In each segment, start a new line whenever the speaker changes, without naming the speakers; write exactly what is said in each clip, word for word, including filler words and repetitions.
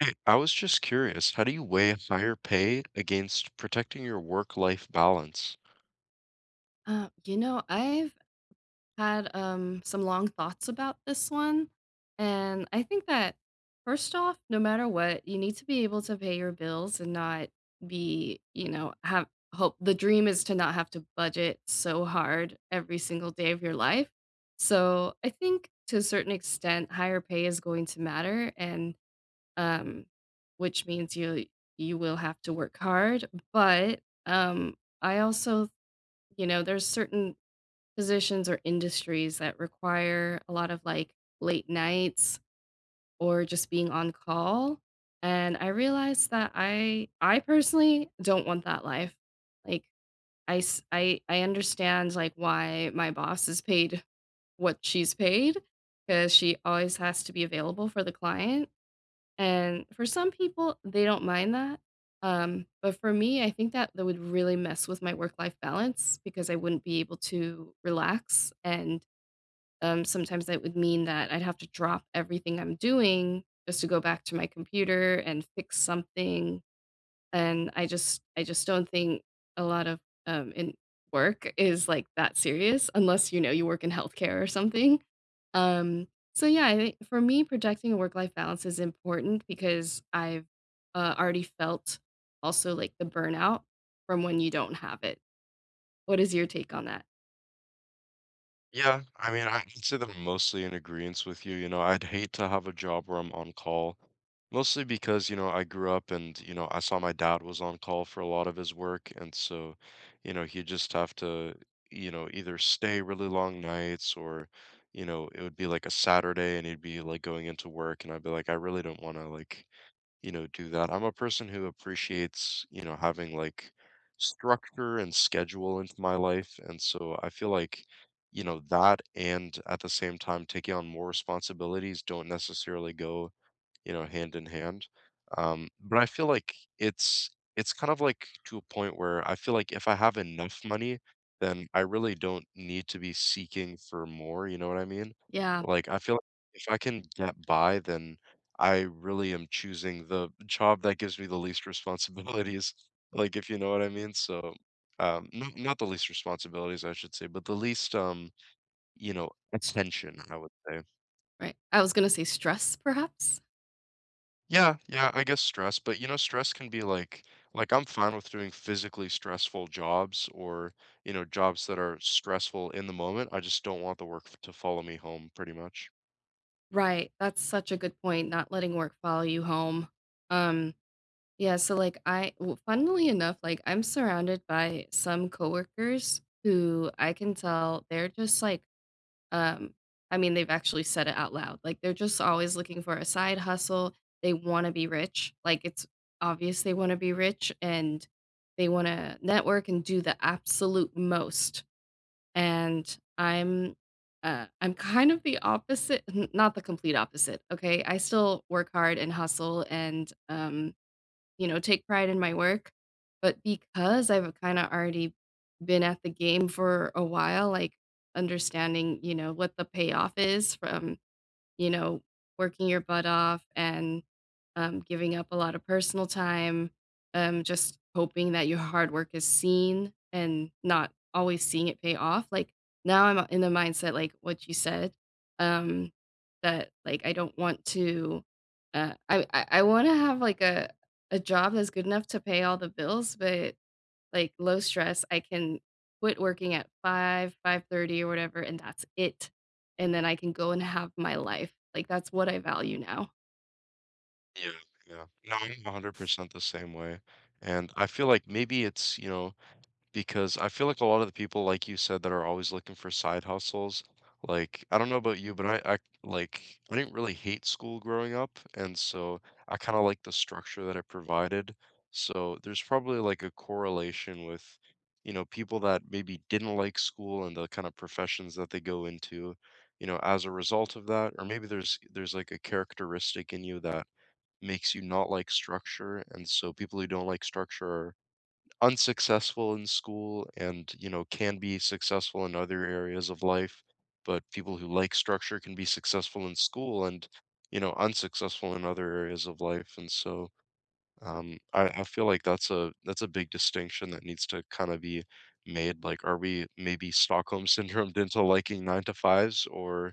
Hey, I was just curious, how do you weigh higher pay against protecting your work-life balance?
Uh, you know, I've had um, some long thoughts about this one. And I think that, first off, no matter what, you need to be able to pay your bills and not be, you know, have hope. The dream is to not have to budget so hard every single day of your life. So I think to a certain extent, higher pay is going to matter. And, um, which means you you will have to work hard but um I also, you know, there's certain positions or industries that require a lot of like late nights or just being on call. And I realized that I I personally don't want that life. Like I s- I I understand like why my boss is paid what she's paid because she always has to be available for the client. And for some people, they don't mind that. Um, but for me, I think that that would really mess with my work life balance because I wouldn't be able to relax and, um, sometimes that would mean that I'd have to drop everything I'm doing just to go back to my computer and fix something. And I just I just don't think a lot of um, in work is like that serious unless you know you work in healthcare or something. Um, so yeah, I think for me, protecting a work life balance is important because I've uh, already felt also like the burnout from when you don't have it. What is your take on that?
Yeah, I mean, I'd say that I'm mostly in agreement with you. You know, I'd hate to have a job where I'm on call, mostly because, you know, I grew up and, you know, I saw my dad was on call for a lot of his work. And so, you know, he'd just have to, you know, either stay really long nights, or, you know, it would be like a Saturday and he'd be like going into work and I'd be like, I really don't want to, like, you know, do that. I'm a person who appreciates, you know, having like structure and schedule into my life. And so I feel like, you know, that and at the same time taking on more responsibilities don't necessarily go, you know, hand in hand. Um, but I feel like it's it's kind of like to a point where I feel like if I have enough money, then I really don't need to be seeking for more, you know what I mean?
Yeah,
Like I feel like if I can get by, then I really am choosing the job that gives me the least responsibilities, like if you know what I mean. So um not, not the least responsibilities I should say, but the least um, you know, attention, I would say.
right. I was gonna say stress, perhaps.
Yeah, yeah, I guess stress, but you know, stress can be like like I'm fine with doing physically stressful jobs, or, you know, jobs that are stressful in the moment. I just don't want the work f- to follow me home pretty much.
Right, that's such a good point, not letting work follow you home. Um, yeah, so, like, I w- funnily enough, like, I'm surrounded by some coworkers who I can tell they're just, like, um I mean, they've actually said it out loud, like, they're just always looking for a side hustle, they wanna be rich, like, it's obvious they wanna be rich, and they wanna network and do the absolute most and I'm uh, I'm kind of the opposite, n- not the complete opposite. Okay, I still work hard and hustle, and um, you know, take pride in my work. But because I've kind of already been at the game for a while, like understanding, you know, what the payoff is from, you know, working your butt off and, um, giving up a lot of personal time, um, just hoping that your hard work is seen and not always seeing it pay off. Like now I'm in the mindset, like what you said, um, that like I don't want to, uh, I, I, I want to have like a, a job that's good enough to pay all the bills, but like low stress, I can quit working at five, five thirty or whatever, and that's it. And then I can go and have my life. Like that's what I value now.
Yeah, yeah. No, I'm one hundred percent the same way. And I feel like maybe it's, you know, because I feel like a lot of the people, like you said, that are always looking for side hustles, like, I don't know about you, but I, I, like, I didn't really hate school growing up, and so I kind of like the structure that it provided. So there's probably like a correlation with, you know, people that maybe didn't like school and the kind of professions that they go into, you know, as a result of that. Or maybe there's there's like a characteristic in you that makes you not like structure, and so people who don't like structure are unsuccessful in school and, you know, can be successful in other areas of life. But people who like structure can be successful in school and, you know, unsuccessful in other areas of life. And so, um, I, I feel like that's a that's a big distinction that needs to kind of be made. Like, are we maybe Stockholm syndromed into liking nine to fives, or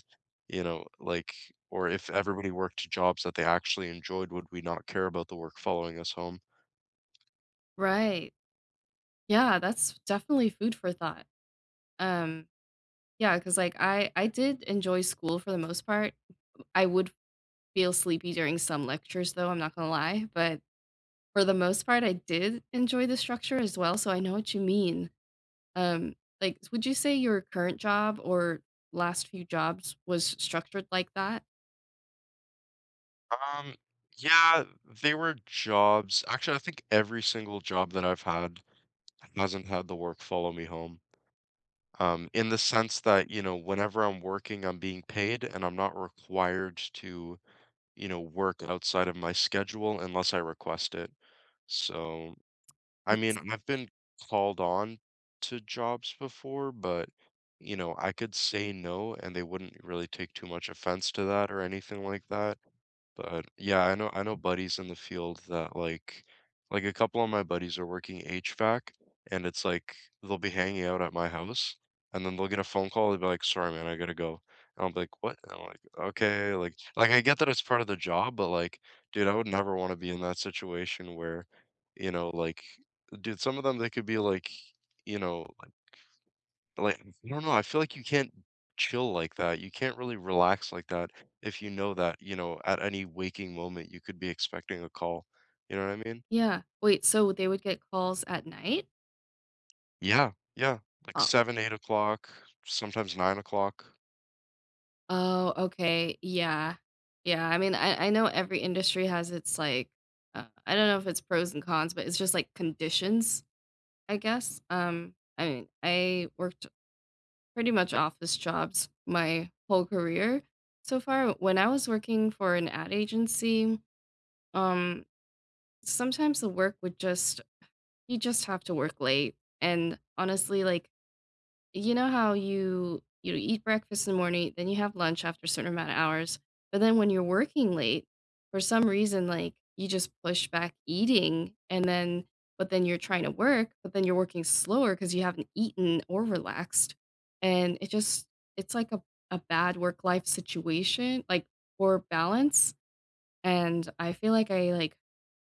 you know, like, or if everybody worked jobs that they actually enjoyed, would we not care about the work following us home?
Right. Yeah, that's definitely food for thought. Um, yeah, because like, I I did enjoy school for the most part. I would feel sleepy during some lectures, though, I'm not gonna lie, but for the most part, I did enjoy the structure as well, so I know what you mean. Um, like, would you say your current job or last few jobs was structured like that?
Um, yeah, they were jobs. Actually, I think every single job that I've had hasn't had the work follow me home. Um, in the sense that, you know, whenever I'm working, I'm being paid and I'm not required to, you know, work outside of my schedule unless I request it. So, I mean,
That's
I've been called on to jobs before, but, you know, I could say no and they wouldn't really take too much offense to that or anything like that. But, yeah, I know I know buddies in the field that, like like, a couple of my buddies are working H V A C, and it's like, they'll be hanging out at my house, and then they'll get a phone call, they'll be like, "Sorry, man, I gotta go." And I'll be like, "What?" And I'm like, "Okay," like like, I get that it's part of the job, but, like, dude, I would never wanna be in that situation where, you know, like dude, some of them, they could be, like, you know like, I don't know, I feel like you can't chill like that, you can't really relax like that if you know that, you know, at any waking moment, you could be expecting a call, you know what I mean?
yeah. Wait, so they would get calls at night?
Yeah, yeah, like seven, eight o'clock, sometimes nine o'clock.
Oh, okay. Yeah. Yeah, I mean, I I know every industry has its, like, uh, I don't know if it's pros and cons, but it's just, like, conditions, I guess. Um, I mean, I worked pretty much office jobs my whole career so far. When I was working for an ad agency, um, sometimes the work would just, you just have to work late, and honestly, like, you know how you you eat breakfast in the morning, then you have lunch after a certain amount of hours, but then when you're working late, for some reason, like, you just push back eating and then, but then you're trying to work, but then you're working slower 'cause you are working slower because you have not eaten or relaxed, and it just it's like a a bad work-life situation, like, poor balance, and I feel like I, like,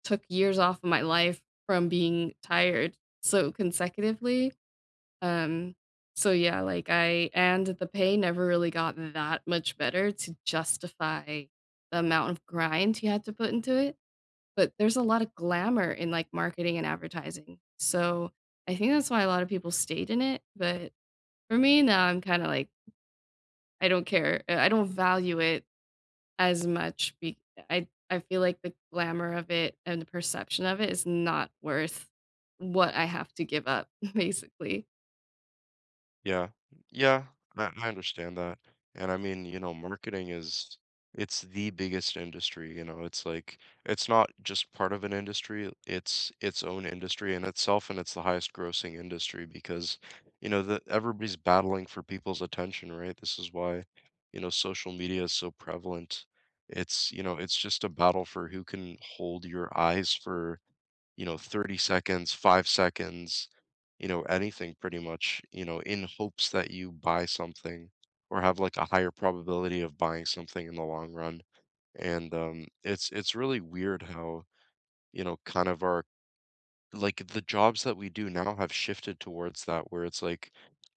took years off of my life from being tired so consecutively, um, so yeah, like I, and the pay never really got that much better to justify the amount of grind you had to put into it, but there's a lot of glamour in, like, marketing and advertising. So, I think that's why a lot of people stayed in it, but for me now, I'm kinda like, I don't care, uh, I don't value it as much be I I feel like the glamour of it and the perception of it is not worth what I have to give up, basically.
Yeah. Yeah, I I understand that, and I mean, you know, marketing is it's the biggest industry, you know, it's like it's not just part of an industry, it's its own industry in itself, and it's the highest grossing industry because, you know, the everybody's battling for people's attention, right? This is why, you know, social media is so prevalent. It's, you know, it's just a battle for who can hold your eyes for, you know, thirty seconds, five seconds, you know, anything pretty much, you know, in hopes that you buy something or have like a higher probability of buying something in the long run. And um it's it's really weird how, you know, kind of our like the jobs that we do now have shifted towards that where it's like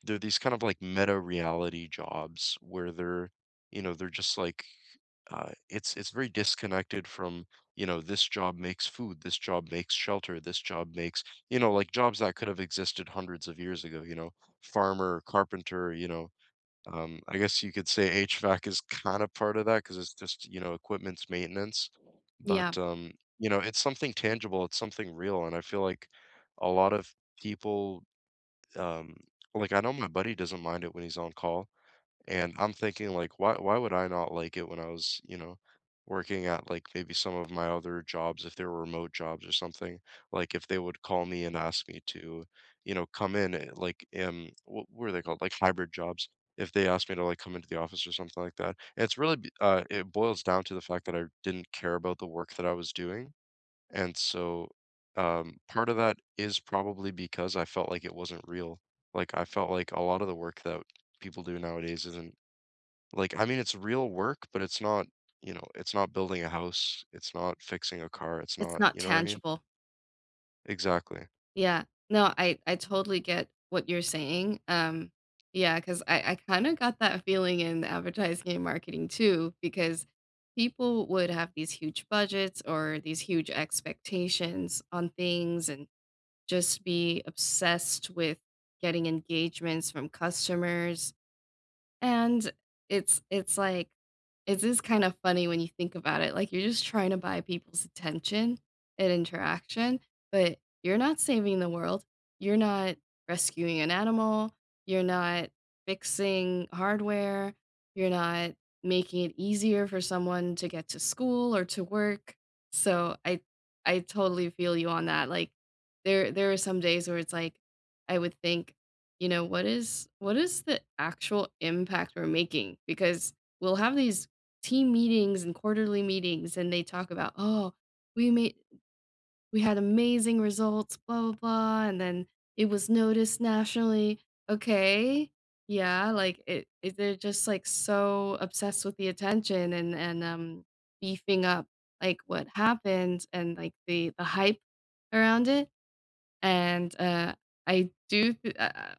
they're these kind of like meta reality jobs where they're, you know, they're just like uh, it's it's very disconnected from, you know, this job makes food, this job makes shelter, this job makes, you know, like jobs that could have existed hundreds of years ago, you know, farmer, carpenter, you know. um, I guess you could say H V A C is kind of part of that because it's just, you know, equipment's maintenance, but
Yeah,
um, you know, it's something tangible, it's something real, and I feel like a lot of people, um, like, I know my buddy doesn't mind it when he's on call, and I'm thinking like, why why would I not like it when I was, you know, working at like maybe some of my other jobs, if they were remote jobs or something, like if they would call me and ask me to, you know, come in eh, like um what were they called? Like hybrid jobs. If they asked me to like come into the office or something like that. And it's really be- uh it boils down to the fact that I didn't care about the work that I was doing. And so um part of that is probably because I felt like it wasn't real. Like I felt like a lot of the work that people do nowadays isn't, like, I mean, it's real work, but it's not, you know, it's not building a house, it's not fixing a car, it's
it's
not,
not
you know what I mean?
tangible.
Exactly.
Yeah. No, I I totally get what you're saying. Um, yeah, because I I kinda got that feeling in advertising and marketing too, because people would have these huge budgets or these huge expectations on things and just be obsessed with getting engagements from customers and it's it's like it is kind of funny when you think about it, like, you're just trying to buy people's attention and interaction, but you're not saving the world. You're not rescuing an animal. You're not fixing hardware. You're not making it easier for someone to get to school or to work. So I I totally feel you on that, like, there there are some days where it's like, I would think, you know, what is what is the actual impact we're making? Because we'll have these team meetings and quarterly meetings and they talk about, "Oh, we made we had amazing results, blah blah blah," and then it was noticed nationally. Okay. Yeah, like it, it they're just like so obsessed with the attention and and um beefing up like what happened and like the the hype around it and, uh, I do th uh uh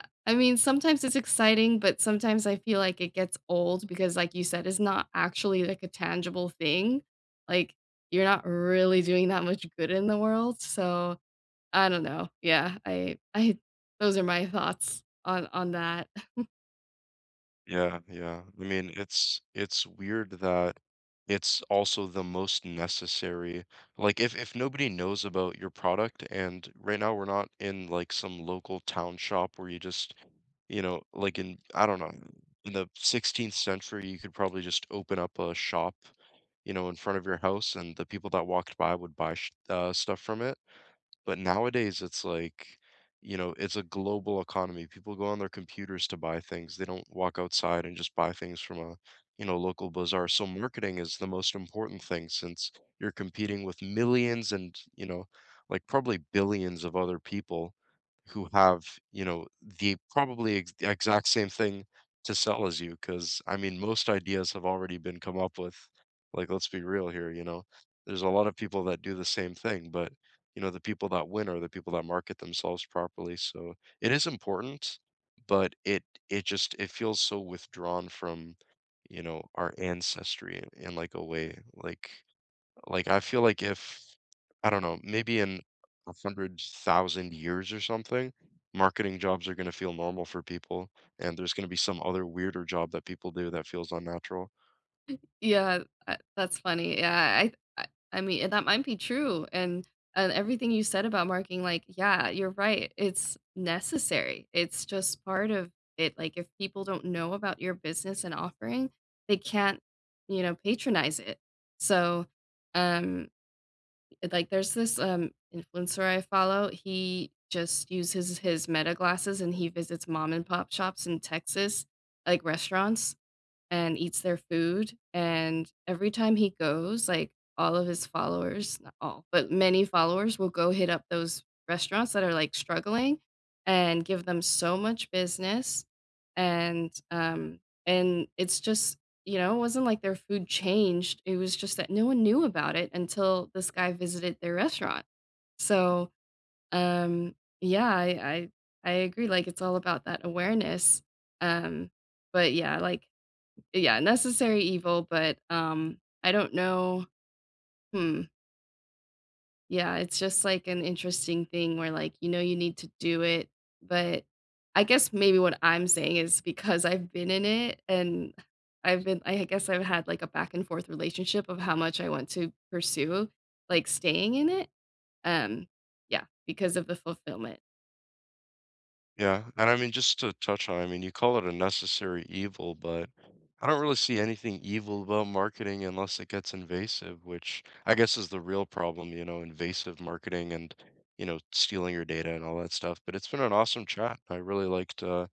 uh, I mean, sometimes it's exciting, but sometimes I feel like it gets old because, like you said, it's not actually, like, a tangible thing. Like, you're not really doing that much good in the world, so I don't know. Yeah, I I those are my thoughts on on that.
Yeah, yeah. I mean, it's it's weird that it's also the most necessary. Like if if nobody knows about your product, and right now we're not in like some local town shop where you just, you know, like in I don't know, in the sixteenth century you could probably just open up a shop, you know, in front of your house and the people that walked by would buy sh uh, stuff from it. But nowadays, it's like, you know, it's a global economy. People go on their computers to buy things. They don't walk outside and just buy things from a, you know, local bazaar. So marketing is the most important thing since you're competing with millions and, you know, like probably billions of other people who have, you know, the probably ex- the exact same thing to sell as you. Cause I mean, most ideas have already been come up with. Like, let's be real here, you know, there's a lot of people that do the same thing, but you know, the people that win are the people that market themselves properly. So it is important, but it it just it feels so withdrawn from, you know, our ancestry in, in like a way. Like like I feel like if I don't know, maybe in a hundred thousand years or something, marketing jobs are gonna feel normal for people, and there's gonna be some other weirder job that people do that feels unnatural.
Yeah, uh, that's funny. Yeah, I I I mean, and that might be true, and and everything you said about marking, like, yeah, you're right. It's necessary. It's just part of it. Like, if people don't know about your business and offering, they can't, you know, patronize it. So, um, it- like, there's this um influencer I follow. He just uses his Meta glasses and he visits mom and pop shops in Texas, like restaurants and eats their food, and every time he goes, like, all of his followers, not all, but many followers will go hit up those restaurants that are, like, struggling and give them so much business, and, um and it's just, you know, it wasn't like their food changed, it was just that no one knew about it until this guy visited their restaurant. So, um, yeah, I I I agree, like, it's all about that awareness, um, but yeah, like yeah, Necessary Evil, but, um, I don't know, hmm, yeah, it's just, like, an interesting thing where, like, you know you need to do it, but I guess maybe what I'm saying is because I've been in it and I've been I guess I've had, like, a back and forth relationship of how much I want to pursue, like, staying in it, um, yeah, because of the fulfillment.
Yeah, and I mean, just to touch on, I mean, you call it a necessary evil, but I don't really see anything evil about marketing unless it gets invasive, which I guess is the real problem, you know, invasive marketing and, you know, stealing your data and all that stuff. But it's been an awesome chat. I really liked, uh,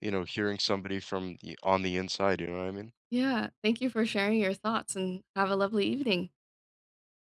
you know, hearing somebody from the, on the inside, you know what I mean?
Yeah, thank you for sharing your thoughts, and have a lovely evening.